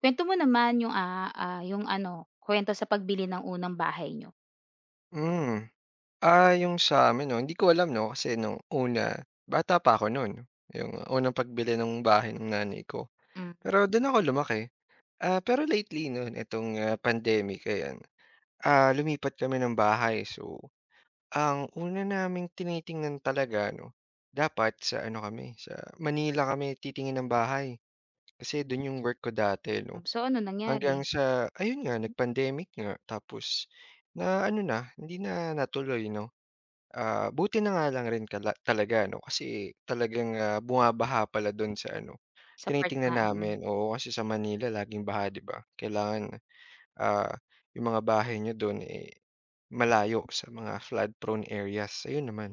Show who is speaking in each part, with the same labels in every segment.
Speaker 1: Kuwento mo naman yung, yung ano, kuwento sa pagbili ng unang bahay niyo.
Speaker 2: Hmm. Yung sa'min 'no, hindi ko alam 'no, kasi nung una, bata pa ako noon, yung unang pagbili ng bahay ng nanay ko.
Speaker 1: Mm,
Speaker 2: Pero dun ako lumaki. Pero lately nun itong, pandemic ayan, lumipat kami ng bahay. So, ang una naming tinitingnan talaga 'no, dapat sa ano kami, sa Manila kami titingin ng bahay, kasi dun yung work ko dati 'no.
Speaker 1: so ano nangyari?
Speaker 2: Hanggang sa ayun nga
Speaker 1: Hmm.
Speaker 2: nag-pandemic nga tapos na ano na, hindi na natuloy 'no. Buti na nga lang rin kala talaga ano kasi talagang, bumabaha pala dun sa ano,
Speaker 1: Sa part na
Speaker 2: tinitingnan
Speaker 1: mm.
Speaker 2: namin. Oo, kasi sa Manila laging baha 'di ba? Kailangan, ah, yung mga bahay niyo dun, eh, malayo sa mga flood prone areas, ayun naman.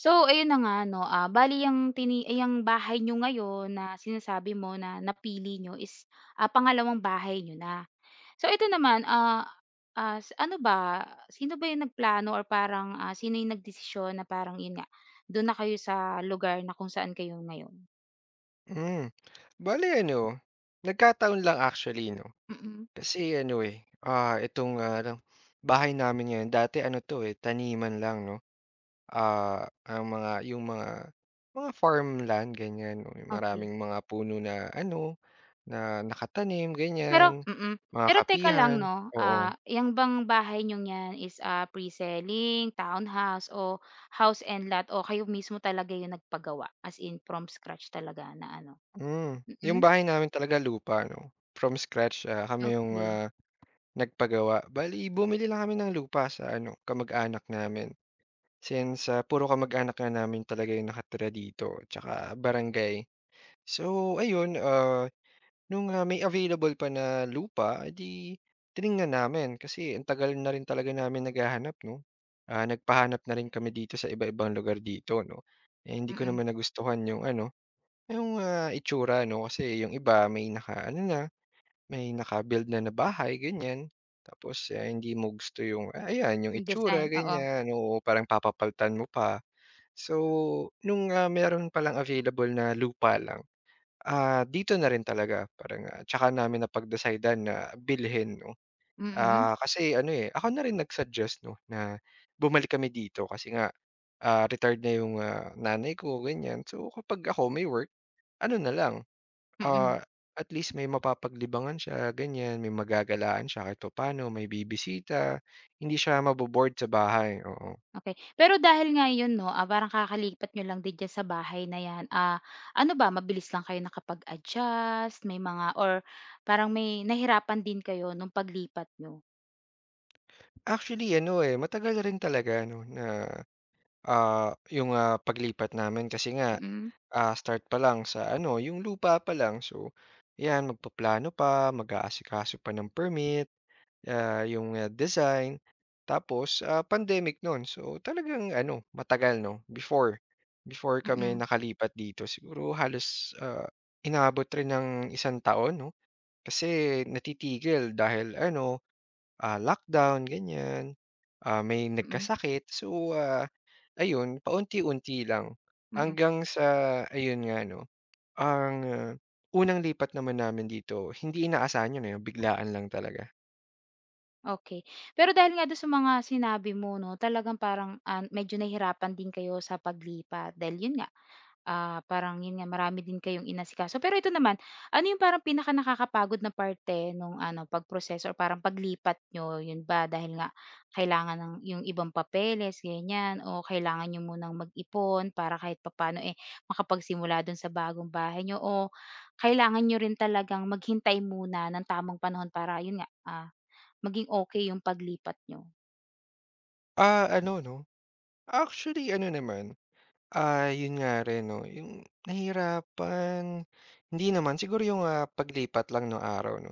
Speaker 1: So ayun na nga 'no, bale yang tini ay yang bahay niyo ngayon na sinasabi mo na napili niyo is, pangalawang bahay niyo na. So ito naman, as ano ba, sino ba yung nagplano or parang, sino yung nagdesisyon na parang yun nga, dun na kayo sa lugar na kung saan kayo ngayon?
Speaker 2: Hmm, bale ano, nagkataon lang actually 'no,
Speaker 1: Mm,
Speaker 2: kasi ano, eh, itong bahay namin ngayon dati ano 'to, eh, taniman lang 'no. Ang mga yung mga farmland ganyan, may
Speaker 1: okey.
Speaker 2: maraming mga puno na ano, na nakatanim
Speaker 1: Pero
Speaker 2: ganyan,
Speaker 1: Mm.
Speaker 2: mga
Speaker 1: Pero teka lang
Speaker 2: kapihan,
Speaker 1: 'no, ah,
Speaker 2: oo.
Speaker 1: 'yan bang bahay niyong 'yan is, pre-selling, townhouse o house and lot o kayo mismo talaga yung nagpagawa, as in from scratch talaga na ano?
Speaker 2: Hmm, yung
Speaker 1: Mm,
Speaker 2: bahay namin talaga lupa 'no, from scratch, kami yung,
Speaker 1: okey.
Speaker 2: nagpagawa. Bale bumili lang kami ng lupa sa ano, kamag-anak namin. Since, puro kamag-anak nga namin talaga yung nakatira dito, 'tsaka barangay. So ayun, nung may available pa na lupa, eh, di tiningnan namin kasi ang tagal na rin talaga namin naghahanap 'no. Nagpahanap na rin kami dito sa iba-ibang lugar dito 'no. Eh, hindi ko
Speaker 1: Mm,
Speaker 2: naman nagustuhan yung ano, yung, itsura 'no kasi yung iba may naka-ano na, may naka-build na na bahay ganyan. Tapos, hindi mo gusto yung, ayan yung
Speaker 1: yung
Speaker 2: itsura
Speaker 1: design, oo.
Speaker 2: ganyan, oo, parang papapalitan mo pa. So, nung, meron palang available na lupa lang dito na rin talaga parang, tsaka namin napag-decidean na bilhin 'no.
Speaker 1: Mm,
Speaker 2: Kasi ano, eh, ako na rin nag-suggest 'no na bumalik kami dito kasi nga, retired na yung, nanay ko ganyan. So, kapag ako may work ano na lang,
Speaker 1: mm,
Speaker 2: ah, at least may mapapaglibangan siya ganyan, may magagalaan siya kahit papaano, may bibisita, hindi siya mabo-bored sa bahay, oo.
Speaker 1: okey. Pero dahil nga yun 'no, parang kakalipat niyo lang din diyan sa bahay na 'yan, ano ba mabilis lang kayo nakapag-adjust, may mga or parang may nahirapan din kayo nung paglipat niyo?
Speaker 2: Actually ano, eh, matagal na rin talaga ano na, yung, paglipat namin kasi nga
Speaker 1: Mm,
Speaker 2: start pa lang sa ano, yung lupa pa lang. So, 'yan magpaplano pa, mag-aasikaso pa ng permit, yung, design. Tapos, pandemic no'n. So, talagang ano, matagal 'no, before before kami
Speaker 1: mm,
Speaker 2: nakalipat dito siguro halos, inabot rin ng isang taon 'no. Kasi natitigil dahil ano, lockdown ganyan, may
Speaker 1: mm.
Speaker 2: nagkasakit. So, ayun paunti-unti lang
Speaker 1: Mm,
Speaker 2: hanggang sa ayun nga 'no, ang, unang lipat naman namin dito hindi inaasahan 'yun, eh, biglaan lang talaga.
Speaker 1: okay. Pero dahil nga dun sa mga sinabi mo 'no, talagang parang, medyo nahirapan din kayo sa paglipat dahil yun nga, parang yun nga marami din kayong inasikaso. Pero ito naman, ano yung parang pinakanakakapagod na parte nung ano, pagproseso or parang paglipat nyo? Yun ba dahil nga kailangan ng yung ibang papeles ganyan o kailangan nyo munang mag-ipon para kahit papaano, eh, makapagsimula dun sa bagong bahay nyo o kailangan nyo rin talagang maghintay muna ng tamang panahon para yun nga, maging okey yung paglipat niyo?
Speaker 2: Ano 'no, actually ano naman, 'yun nga rin 'no, yung nahirapan, hindi naman siguro yung, paglipat lang nung araw 'no.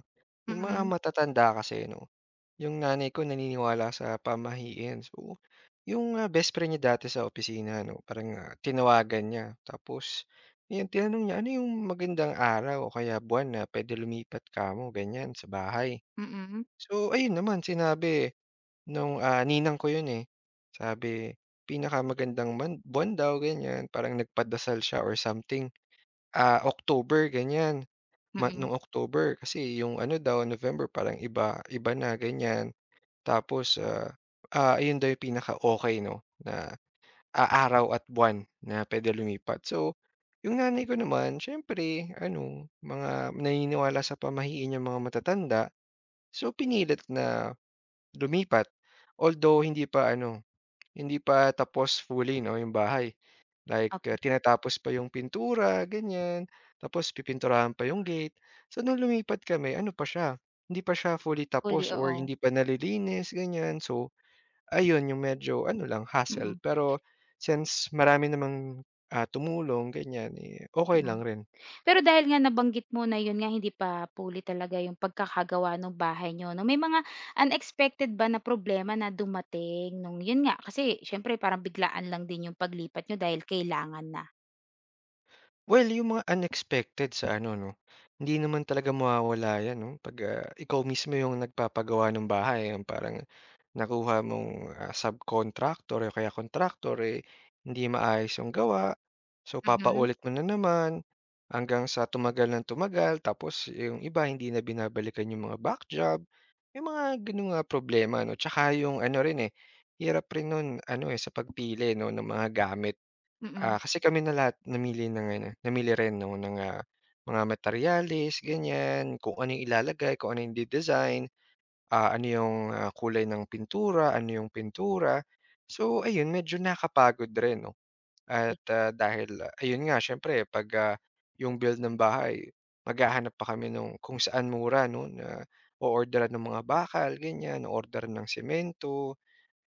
Speaker 2: Yung mga
Speaker 1: Mm,
Speaker 2: matatanda kasi 'no, yung nanay ko naniniwala sa pamahiin. So, yung, best friend niya dati sa opisina 'no, parang, tinawagan niya tapos ayun tinanong niya, "Ano yung magandang araw o kaya buwan na puwede lumipat kamo," ganiyan, "sa bahay?"
Speaker 1: mm,
Speaker 2: So, ayun naman sinabi nung, ninang ko yun, eh. Sabi, "Pinakamagandang man buwan daw," ganyan. Parang nagpadasal siya or something, October, ganyan. Month
Speaker 1: mm.
Speaker 2: nung October kasi yung ano daw, November parang iba iba na, ganyan. Tapos, ayun daw yung pinaka-okey 'no, na, araw at buwan na puwede lumipat. So, yung nanay ko naman siyempre ano, mga naniniwala sa pamahiin yang mga matatanda. So, pinilit na lumipat. Although hindi pa ano, hindi pa tapos fully 'no, yung bahay. Like,
Speaker 1: Okey,
Speaker 2: tinatapos pa yung pintura, ganyan, tapos pipinturahan pa yung gate. So nung lumipat kami ano pa siya, hindi pa siya fully tapos
Speaker 1: fully,
Speaker 2: or
Speaker 1: oo.
Speaker 2: hindi pa nalilinis, ganyan. So ayun, yung medyo ano lang, hassle.
Speaker 1: Mm,
Speaker 2: Pero since marami namang, tumulong ganyan, eh, okey
Speaker 1: mm.
Speaker 2: lang rin.
Speaker 1: Pero dahil nga nabanggit mo na yun nga hindi pa fully talaga yung pagkakagawa nung bahay niyo 'no, may mga unexpected ba na problema na dumating nung yun nga, kasi siyempre parang biglaan lang din yung paglipat niyo dahil kailangan na?
Speaker 2: Well, yung mga unexpected sa ano 'no, hindi naman talaga mawawala 'yan 'no, 'pag, ikaw mismo yung nagpapagawa ng bahay, yung parang nakuha mong, subcontractor o kaya contractor eh, hindi maayos yung gawa. So,
Speaker 1: Mm,
Speaker 2: papaulit mo na naman hanggang sa tumagal ng tumagal tapos yung iba hindi na binabalikan yung mga back job, yung mga gano'ng, problema 'no. Tsaka yung ano rin, eh, hirap rin no'n ano, eh, sa pagpili 'no ng mga gamit.
Speaker 1: mm,
Speaker 2: Kasi kami na lahat namili ng ano, namili rin 'no ng, mga materyales ganyan, kung ano yung ilalagay, kung ano yung ide-design, ano yung, kulay ng pintura, ano yung pintura. So ayun, medyo nakakapagod rin 'no
Speaker 1: okey.
Speaker 2: at, dahil ayun nga siyempre 'pag, yung build ng bahay maghahanap pa kami nung kung saan mura 'no na o-orderan ng mga bakal ganyan, o-orderan ng semento.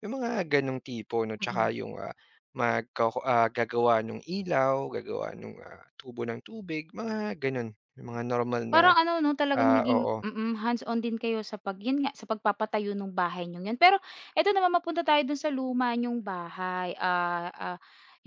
Speaker 2: Yung mga ganong tipo 'no, tsaka
Speaker 1: Mm.
Speaker 2: yung, gagawa nung ilaw, gagawa nung, tubo ng tubig, mga gano'n. Yung mga normal na
Speaker 1: Parang ano 'no, talagang naging
Speaker 2: oo.
Speaker 1: hands-on din kayo sa pag yun nga, sa pagpapatayo nung bahay niyong yun. Pero eto naman, mapunta tayo dun sa luma niyong bahay.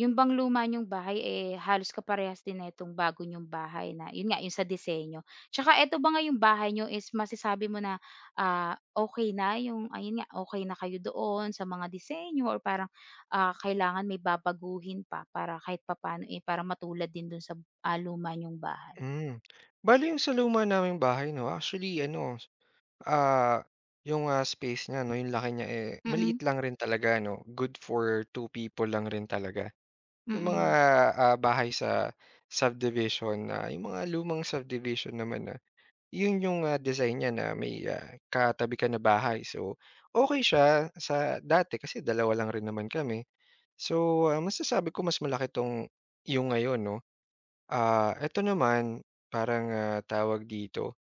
Speaker 1: Yun bang luma niyong bahay, eh, halos kaparehas din na itong bago niyong bahay na yun nga, yung sa disenyo? Tsaka eto ba nga yung bahay niyo is masasabi mo na, okey na yung ayun nga, okey na kayo doon sa mga disenyo or parang, kailangan may babaguhin pa para kahit papaano, eh, parang matulad din dun sa, luma niyong bahay?
Speaker 2: Hmm. Bale yung sa luma naming bahay 'no, actually ano, ah, yung, space niya 'no, yung laki niya, eh, maliit
Speaker 1: Mm,
Speaker 2: lang rin talaga 'no, good for two people lang rin talaga. Yung mga,
Speaker 1: mm.
Speaker 2: bahay sa subdivision na yung mga lumang subdivision naman na yun yung, design niya na may, katabi ka na bahay. So, okay siya sa dati kasi dalawa lang rin naman kami. So, masasabi ko mas malaki 'tong yung ngayon 'no. Eto naman parang, tawag dito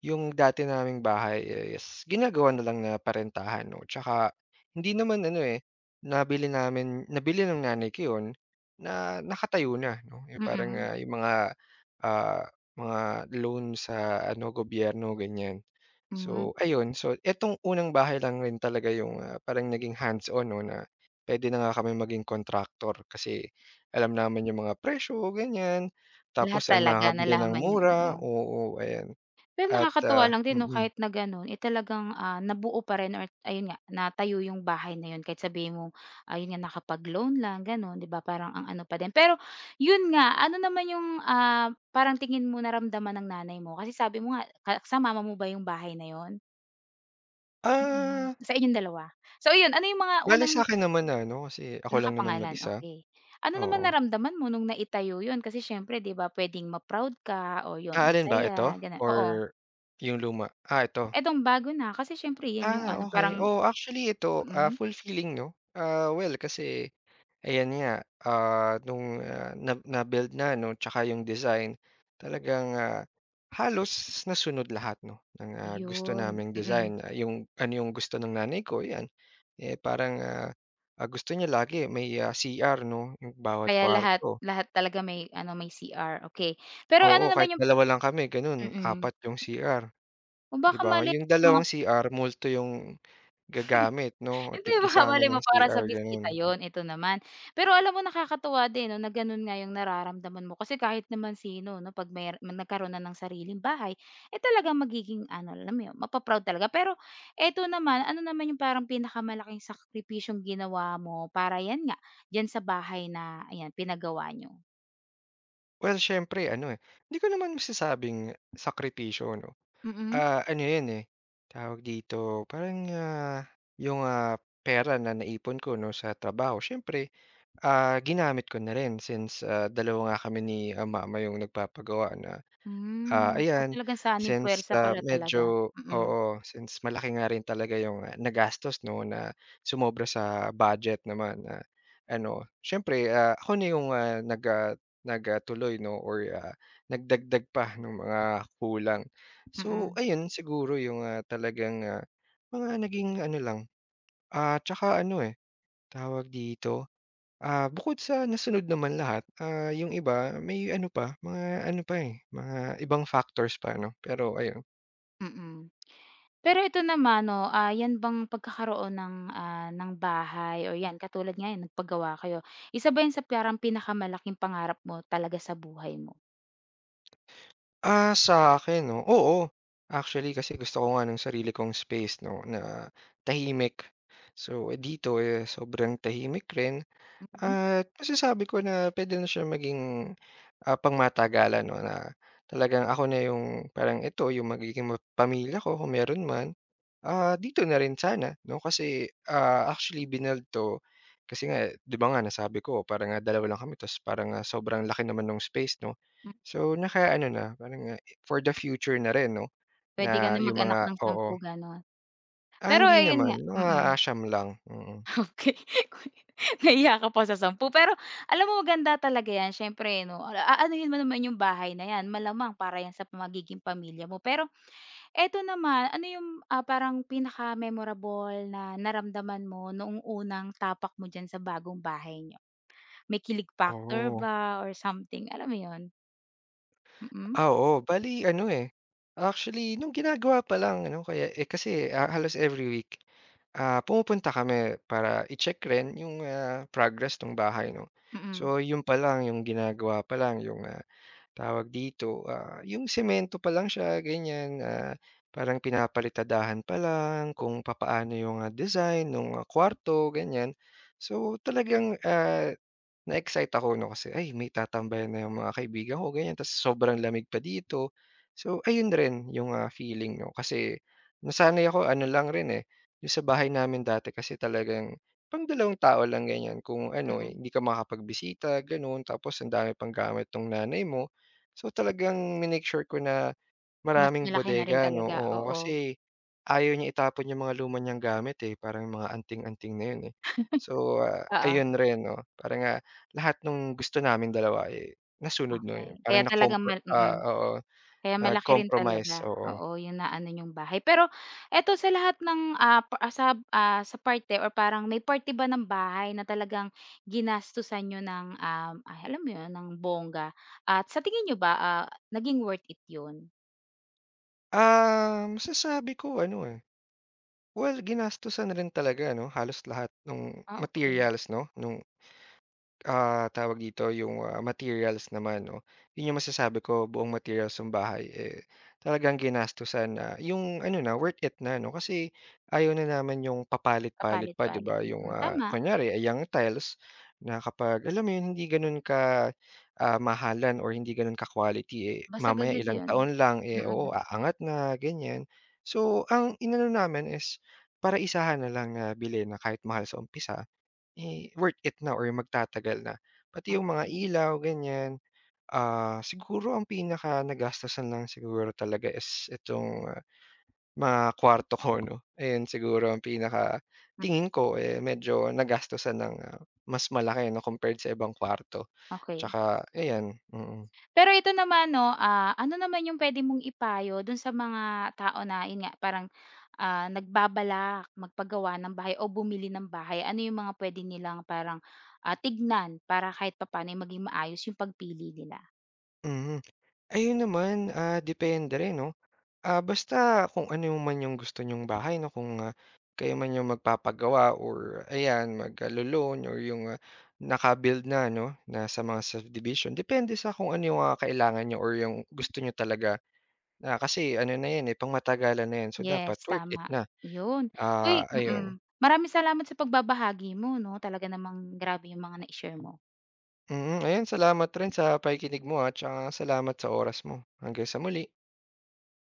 Speaker 2: yung dati naming bahay is ginagawa na lang na parentahan 'no, tsaka hindi naman ano, eh, nabili ng nanay ko yun na nakatayo na 'no, yung parang,
Speaker 1: Mm,
Speaker 2: yung ah, mga loan sa ano gobyerno ganyan.
Speaker 1: hmm.
Speaker 2: So ayun, so itong unang bahay lang rin talaga yung, parang naging hands-on 'no na puwede na nga kami maging kontraktor kasi alam namin yung mga presyo ganyan,
Speaker 1: Lahat
Speaker 2: tapos ang
Speaker 1: talaga
Speaker 2: makakabili ng
Speaker 1: nalaman niyo, oo.
Speaker 2: mura, oo, ayan.
Speaker 1: Pero
Speaker 2: At,
Speaker 1: nakakatuwa
Speaker 2: ah
Speaker 1: lang din 'no,
Speaker 2: mm.
Speaker 1: kahit na gano'n, eh, talagang, nabuo pa rin or ayun nga, natayo yung bahay na yun kahit sabihin mong ayun nga, nakapag-loan lang gano'n, 'di ba, parang ang ano pa din. Pero yun nga, ano naman yung, parang tingin mo naramdaman ng nanay mo? Kasi sabi mo nga ka sa mama mo ba yung bahay na yun? Mm,
Speaker 2: Ah,
Speaker 1: sa inyong dalawa. So ayun, ano yung mga
Speaker 2: bale
Speaker 1: unang
Speaker 2: sa'kin naman na ano, kasi ako lang naman
Speaker 1: Nakapangalan,
Speaker 2: mag-isa,
Speaker 1: okey. Ano naman
Speaker 2: oo.
Speaker 1: naramdaman mo nung naitayo yun? Kasi siyempre 'di ba puwedeng ma-proud ka o yun
Speaker 2: Alin ba,
Speaker 1: masaya
Speaker 2: ito
Speaker 1: gano'n,
Speaker 2: or
Speaker 1: oo.
Speaker 2: yung luma? Ito.
Speaker 1: Etong bago na kasi siyempre yan yung
Speaker 2: Ah,
Speaker 1: ano
Speaker 2: okey.
Speaker 1: parang
Speaker 2: Oo, actually ito,
Speaker 1: mm,
Speaker 2: fulfilling 'no. Well kasi ayan nga, nung, na na-build na 'no, tsaka yung design talagang, halos nasunod lahat 'no, ng, gusto
Speaker 1: ayun.
Speaker 2: naming design. Yung ano yung gusto ng nanay ko, 'yan. Eh, parang, gusto niya lagi may, CR 'no, yung bawat
Speaker 1: Kaya lahat
Speaker 2: kwarto.
Speaker 1: lahat talaga may ano, may CR, okey. Pero
Speaker 2: Oo,
Speaker 1: ano
Speaker 2: kahit
Speaker 1: naman yung pa
Speaker 2: dalawa lang kami gano'n,
Speaker 1: mm.
Speaker 2: apat yung CR,
Speaker 1: O
Speaker 2: 'di
Speaker 1: baka
Speaker 2: ba?
Speaker 1: mali
Speaker 2: Yung
Speaker 1: mga.
Speaker 2: dalawang CR multo yung gagamit 'no,
Speaker 1: Hindi,
Speaker 2: tig-isa
Speaker 1: baka
Speaker 2: amin
Speaker 1: malay mo
Speaker 2: ang
Speaker 1: para sa
Speaker 2: CR gano'n.
Speaker 1: bisita 'yun, ito naman. Pero alam mo nakakatuwa din 'no, na gano'n nga 'yung nararamdaman mo kasi kahit naman sino 'no, 'pag mer nagkaroon na ng sariling bahay, eh, talagang magiging ano, alam mo 'yun, mapa-proud talaga. Pero eto naman, ano naman 'yung parang pinakamalaking sakripisyong ginawa mo para 'yan nga, diyan sa bahay na ayan, pinagawa niyo?
Speaker 2: Well, siyempre ano, eh, hindi ko naman masasabing sakripisyo 'no,
Speaker 1: Mm.
Speaker 2: ano 'yun, eh, tawag dito, parang, yung, pera na naipon ko 'no, sa trabaho siyempre, ginamit ko na rin since, dalawa nga kami ni, mama yung nagpapagawa na Ah,
Speaker 1: Hmm, so
Speaker 2: ayan,
Speaker 1: talagang sanib
Speaker 2: since,
Speaker 1: puwersa pala talaga.
Speaker 2: medyo
Speaker 1: Mm,
Speaker 2: oo, since malaki nga rin talaga yung, nagastos 'no, na sumobra sa budget naman na ano, siyempre, ako na yung, nag, ah, 'no or, nagdagdag pa nung mga kulang. So,
Speaker 1: mm,
Speaker 2: ayun siguro yung, talagang, mga naging ano lang, 'tsaka ano, eh, tawag dito bukod sa nasunod naman lahat, yung iba may ano pa, mga ano pa, eh, mga ibang factors pa 'no, pero ayun.
Speaker 1: mm. Pero ito naman 'no, 'yan bang pagkakaroon ng, ng bahay o 'yan katulad nga yan, nagpagawa kayo, isa ba 'yan sa parang pinakamalaking pangarap mo talaga sa buhay mo?
Speaker 2: Sa akin 'no, oo. Actually kasi gusto ko nga ng sarili kong space 'no, na tahimik. So, eh, dito, eh, sobrang tahimik rin
Speaker 1: Mm,
Speaker 2: at masasabi ko na puwede na siya maging, pangmatagalan 'no, na talagang ako na yung parang ito yung magiging ma pamilya ko kung meron man. Dito na rin sana 'no, kasi, actually binuild 'to kasi nga 'di ba nga nasabi ko parang nga dalawa lang kami tapos parang nga sobrang laki naman ng space 'no.
Speaker 1: hmm,
Speaker 2: So, naka-ano na parang nga for the future na rin 'no,
Speaker 1: puwede ka
Speaker 2: na
Speaker 1: na
Speaker 2: yung
Speaker 1: mag-anak
Speaker 2: mga
Speaker 1: ng sampu
Speaker 2: oo.
Speaker 1: gano'n.
Speaker 2: Ah,
Speaker 1: Pero
Speaker 2: hindi
Speaker 1: ayun
Speaker 2: naman
Speaker 1: nga
Speaker 2: mga asham lang, mm.
Speaker 1: okey. Nahiya ka pa sa sampu pero alam mo maganda talaga 'yan siyempre 'no, aanuhin mo naman yung bahay na 'yan malamang para 'yan sa magiging pamilya mo pero eto naman, ano yung, parang pinaka-memorable na naramdaman mo noong unang tapak mo diyan sa bagong bahay niyo? May kilig factor
Speaker 2: Oo.
Speaker 1: ba or something, alam mo yon? Mm,
Speaker 2: Oo, bale ano, eh, actually nung ginagawa pa lang ano kaya, eh, kasi, halos every week pumupunta kami para i-check rin yung, progress ng bahay 'no.
Speaker 1: mm,
Speaker 2: So yun pa lang, yung ginagawa pa lang yung, tawag dito, yung semento pa lang siya ganyan, parang pinapalitadahan pa lang kung papaano yung, design ng kwarto ganyan. So talagang, na-excite ako 'no, kasi, ay may tatambayan na yung mga kaibigan ko ganyan, tas sobrang lamig pa dito. So ayun rin yung, feeling 'no, kasi nasanay ako ano lang rin, eh, yung sa bahay namin dati kasi talagang pang dalawang tao lang ganyan kung ano, eh,
Speaker 1: mm.
Speaker 2: hindi ka makakapagbisita gano'n, tapos ang dami pang gamit nung nanay mo. So talagang minake sure ko na
Speaker 1: Mas
Speaker 2: maraming
Speaker 1: malaki na
Speaker 2: bodega
Speaker 1: rin
Speaker 2: 'no,
Speaker 1: talaga,
Speaker 2: oo.
Speaker 1: oo.
Speaker 2: Kasi ayaw niya itapon yung mga luma niyang gamit, eh, parang mga anting-anting na yun, eh. So,
Speaker 1: Oo,
Speaker 2: ayun rin 'no, parang, lahat nung gusto namin dalawa, eh, nasunod 'no,
Speaker 1: okey.
Speaker 2: yun
Speaker 1: Kaya
Speaker 2: parang
Speaker 1: talagang mal mm.
Speaker 2: oo,
Speaker 1: Kaya malaki rin
Speaker 2: nag-compromise,
Speaker 1: talaga,
Speaker 2: oo.
Speaker 1: oo, yung naano yung bahay. Pero eto sa lahat ng, sa, sa parte or parang may parte ba ng bahay na talagang ginastusan niyo ng, alam mo yun, ng bongga at sa tingin niyo ba, naging worth it yun?
Speaker 2: Masasabi ko ano, eh, well ginastusan rin talaga 'no, halos lahat ng
Speaker 1: Ah, okay.
Speaker 2: materials 'no, nung tawag dito, yung, materials naman 'no. Yun yung masasabi ko, buong materials ng bahay, eh, talagang ginastusan na yung ano na, worth it na 'no. Kasi ayaw na naman yung papalit-palit pa, 'di
Speaker 1: kapalit-palit,
Speaker 2: ba? Yung,
Speaker 1: mm, tama,
Speaker 2: kunyari ay ang tiles na kapag alam mo yun, hindi gano'n ka, mahalan or hindi gano'n ka-quality, eh,
Speaker 1: basag
Speaker 2: mamaya
Speaker 1: agad
Speaker 2: ilang
Speaker 1: yun.
Speaker 2: taon lang, eh, oo,
Speaker 1: Mm,
Speaker 2: aangat na, ganyan. So, ang inano namin is para isahan na lang na bilhin na kahit mahal sa umpisa. Eh, worth it na or magtatagal na. Pati yung mga
Speaker 1: okey,
Speaker 2: ilaw ganyan, siguro ang pinaka nagastusan lang siguro talaga is itong mga kuwarto ko 'no. Ayun siguro ang pinaka
Speaker 1: hmm,
Speaker 2: tingin ko, eh, medyo nagastusan ng, mas malaki 'no compared sa ibang kuwarto.
Speaker 1: okay.
Speaker 2: Tsaka ayan, mm. Mm.
Speaker 1: Pero ito naman 'no, ano naman yung puwede mong ipayo dun sa mga tao na yun nga parang, nagbabalak magpagawa ng bahay o bumili ng bahay? Ano yung mga puwede nilang parang, tignan para kahit papaano ay maging maayos yung pagpili nila?
Speaker 2: Mhm. Ayun naman, depende rin 'no. Basta kung ano yung man yung gusto niyong bahay 'no, kung, kayo man yung magpapagawa or ayan maglo-loan or yung, naka na 'no, na sa mga subdivision. Depende sa kung ano yung, kailangan nyo or yung gusto nyo talaga na kasi ano na 'yan, eh, pangmatagalan na 'yan. So, dapat
Speaker 1: Yes,
Speaker 2: worth it
Speaker 1: tama,
Speaker 2: na.
Speaker 1: yun.
Speaker 2: Ah,
Speaker 1: Uy mm, mm.
Speaker 2: ayun.
Speaker 1: Maraming salamat sa pagbabahagi mo 'no, talaga namang grabe yung mga nai-share mo.
Speaker 2: Mm, ayun salamat rin sa pakikinig mo, at tsaka salamat sa oras mo. Hanggang sa muli.